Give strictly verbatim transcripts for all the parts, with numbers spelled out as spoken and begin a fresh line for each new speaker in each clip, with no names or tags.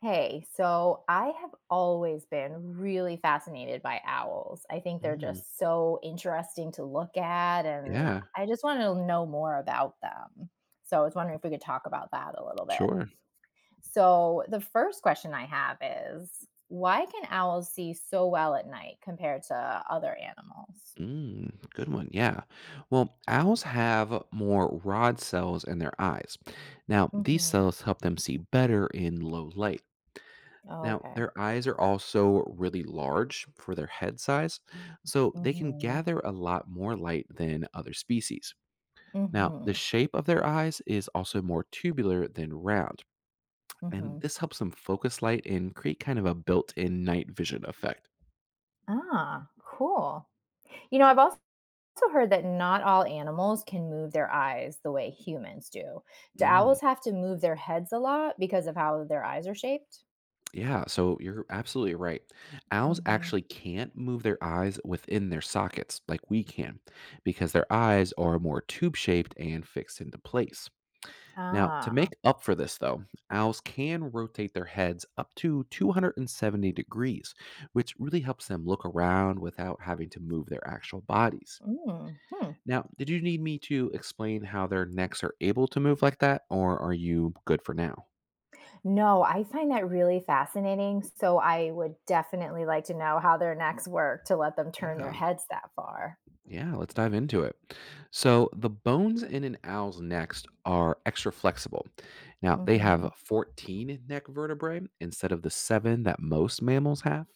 Hey, so I have always been really fascinated by owls. I think they're
Mm,
just so interesting to look at, and
yeah,
I just want to know more about them. So I was wondering if we could talk about that a little bit.
sure.
So, the first question I have is why can owls see so well at night compared to other animals?
Mm, good one. Yeah. Well, owls have more rod cells in their eyes. Now, these
Hmm.
cells help them see better in low light. Now,
Okay.
their eyes are also really large for their head size, so they can
Hmm.
gather a lot more light than other species. Now, the
Hmm.
shape of their eyes is also more tubular than round. and
Hmm.
this helps them focus light and create kind of a built-in night vision effect.
Ah, cool. You know, I've also also heard that not all animals can move their eyes the way humans do. Do
Mm,
owls have to move their heads a lot because of how their eyes are shaped?
yeah, so you're absolutely right. Owls
Hmm.
actually can't move their eyes within their sockets like we can because their eyes are more tube shaped and fixed into place. Now, to
Ah.
make up for this, though, owls can rotate their heads up to two hundred seventy degrees, which really helps them look around without having to move their actual bodies.
Mm, hmm.
Now, did you need me to explain how their necks are able to move like that, or are you good for now?
No, I find that really fascinating. So I would definitely like to know how their necks work to let them turn their
Yeah,
heads that far.
yeah, let's dive into it. So, the bones in an owl's neck are extra flexible. Now, they have
Hmm.
fourteen neck vertebrae instead of the seven that most mammals have.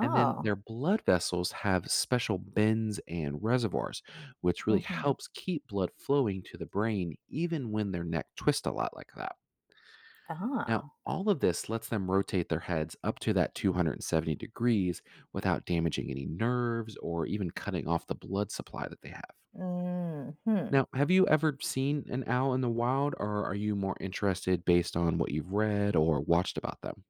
And then their blood vessels have special bends and reservoirs, which really
Hmm.
helps keep blood flowing to the brain even when their neck twists a lot like that. Now,
Oh.
all of this lets them rotate their heads up to that two hundred seventy degrees without damaging any nerves or even cutting off the blood supply that they have.
Mm-hmm.
Now, have you ever seen an owl in the wild, or are you more interested based on what you've read or watched about them?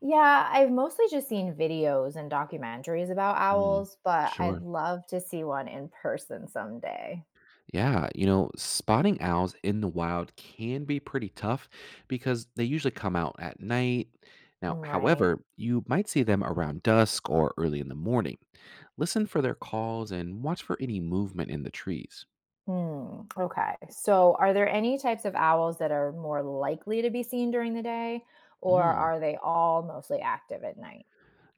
Yeah, I've mostly just seen videos and documentaries about
Mm,
owls, but I'd
sure.
love to see one in person someday.
Yeah, you know, spotting owls in the wild can be pretty tough because they usually come out at night. Now,
Right.
however, you might see them around dusk or early in the morning. Listen for their calls and watch for any movement in the trees.
Hmm. Okay. So, are there any types of owls that are more likely to be seen during the day, or
Mm.
are they all mostly active at night?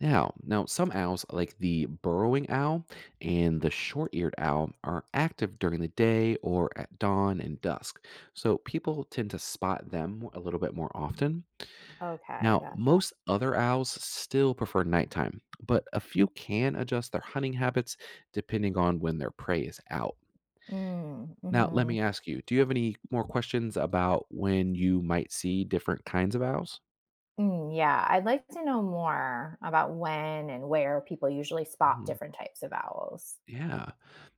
Now, now some owls like the burrowing owl and the short-eared owl are active during the day or at dawn and dusk. So people tend to spot them a little bit more often.
Okay,
Now,
gotcha.
most other owls still prefer nighttime, but a few can adjust their hunting habits depending on when their prey is out.
Mm,
Now, let
hmm.
me ask you, do you have any more questions about when you might see different kinds of owls?
Mm, yeah, I'd like to know more about when and where people usually spot
Mhm.
different types of owls.
Yeah.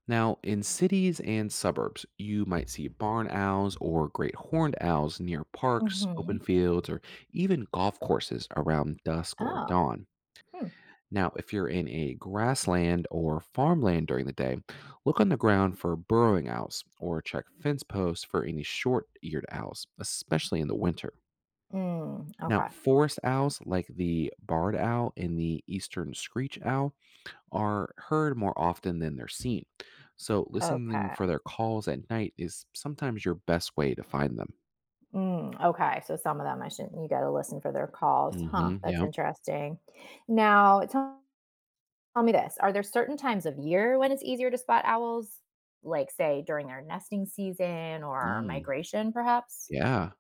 Now, in cities and suburbs, you might see barn owls or great horned owls near parks,
Hmm.
open fields, or even golf courses around dusk or
Oh,
dawn.
hmm.
Now, if you're in a grassland or farmland during the day, look on the ground for burrowing owls or check fence posts for any short eared owls, especially in the winter.
Mm,
Now,
okay.
forest owls like the barred owl and the eastern screech owl are heard more often than they're seen. So, listening
Okay.
for their calls at night is sometimes your best way to find them.
Mm, okay, so some of them, I shouldn't, you gotta listen for their calls. Huh,
hmm.
that's
Yeah.
interesting. Now, tell tell me this, are there certain times of year when it's easier to spot owls? Like, say, during their nesting season or
Mm,
migration, perhaps?
yeah.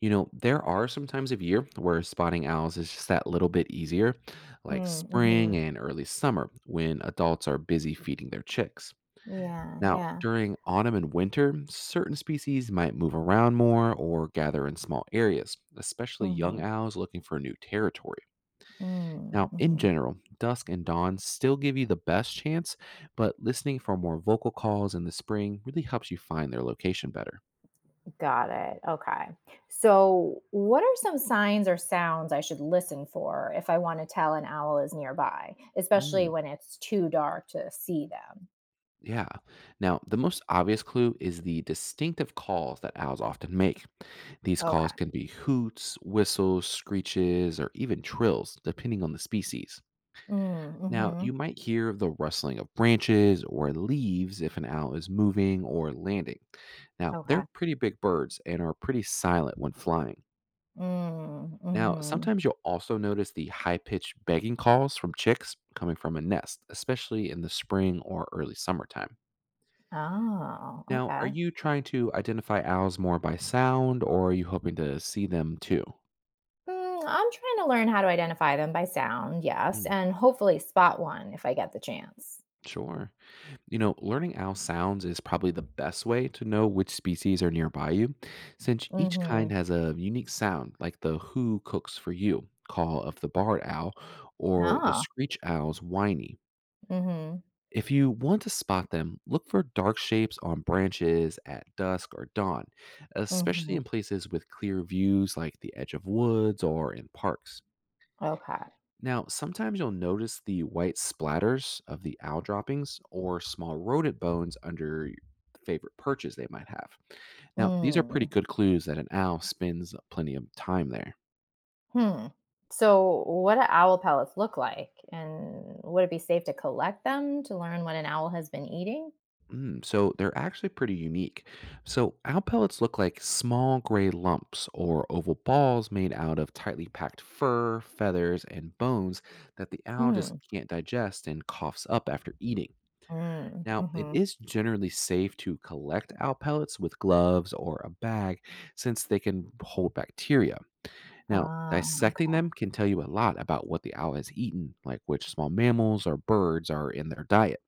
You know, there are some times of year where spotting owls is just that little bit easier, like
Mm,
spring
mhm.
and early summer when adults are busy feeding their chicks.
Yeah,
Now,
yeah.
during autumn and winter, certain species might move around more or gather in small areas, especially young
Mhm.
owls looking for new territory.
Mm,
Now, in
mhm.
general, dusk and dawn still give you the best chance, but listening for more vocal calls in the spring really helps you find their location better.
Got it. Okay. So, what are some signs or sounds I should listen for if I want to tell an owl is nearby, especially when it's too dark to see them?
Yeah. Now, the most obvious clue is the distinctive calls that owls often make. These calls
Okay.
can be hoots, whistles, screeches, or even trills, depending on the species.
Mm,
Now, you
mhm.
might hear the rustling of branches or leaves if an owl is moving or landing. Now, they're
Okay.
pretty big birds and are pretty silent when flying.
Mm,
Now,
mhm.
sometimes you'll also notice the high pitched begging calls from chicks coming from a nest, especially in the spring or early summertime.
Oh,
Now, are
okay.
you trying to identify owls more by sound, or are you hoping to see them too?
Mm, I'm trying to learn how to identify them by sound, yes,
Mm,
and hopefully spot one if I get the chance.
sure. You know, learning owl sounds is probably the best way to know which species are nearby you, since each kind
Mhm.
has a unique sound, like the who cooks for you call of the barred owl or the
Oh.
screech owl's whiny.
Mhm.
If you want to spot them, look for dark shapes on branches at dusk or dawn, especially in
Mhm.
places with clear views like the edge of woods or in parks.
Okay.
Now, sometimes you'll notice the white splatters of the owl droppings or small rodent bones under favorite perches they might have. Now, these are pretty
Mm.
good clues that an owl spends plenty of time there.
Hmm. So, what do owl pellets look like, and would it be safe to collect them to learn what an owl has been eating?
Mm, so they're actually pretty unique. So owl pellets look like small gray lumps or oval balls made out of tightly packed fur, feathers, and bones that the owl just
Hmm.
can't digest and coughs up after eating.
Mm.
Now, it
Mhm.
is generally safe to collect owl pellets with gloves or a bag since they can hold bacteria. Now,
Ah.
dissecting them can tell you a lot about what the owl has eaten, like which small mammals or birds are in their diet.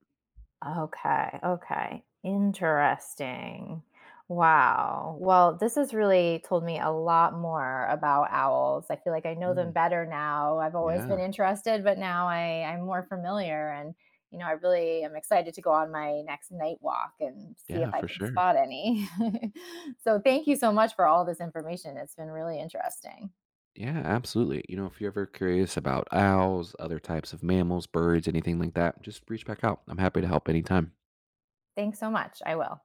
Okay, okay. Interesting. Wow. Well, this has really told me a lot more about owls. I feel like I know
Mm,
them better now. I've always
yeah,
been interested, but now I, I'm more familiar. And, you know, I really am excited to go on my next night walk and see if
yeah,
I
for
can
sure.
spot any. So, thank you so much for all this information. It's been really interesting.
Yeah, absolutely. You know, if you're ever curious about owls, other types of mammals, birds, anything like that, just reach back out. I'm happy to help anytime.
Thanks so much. I will.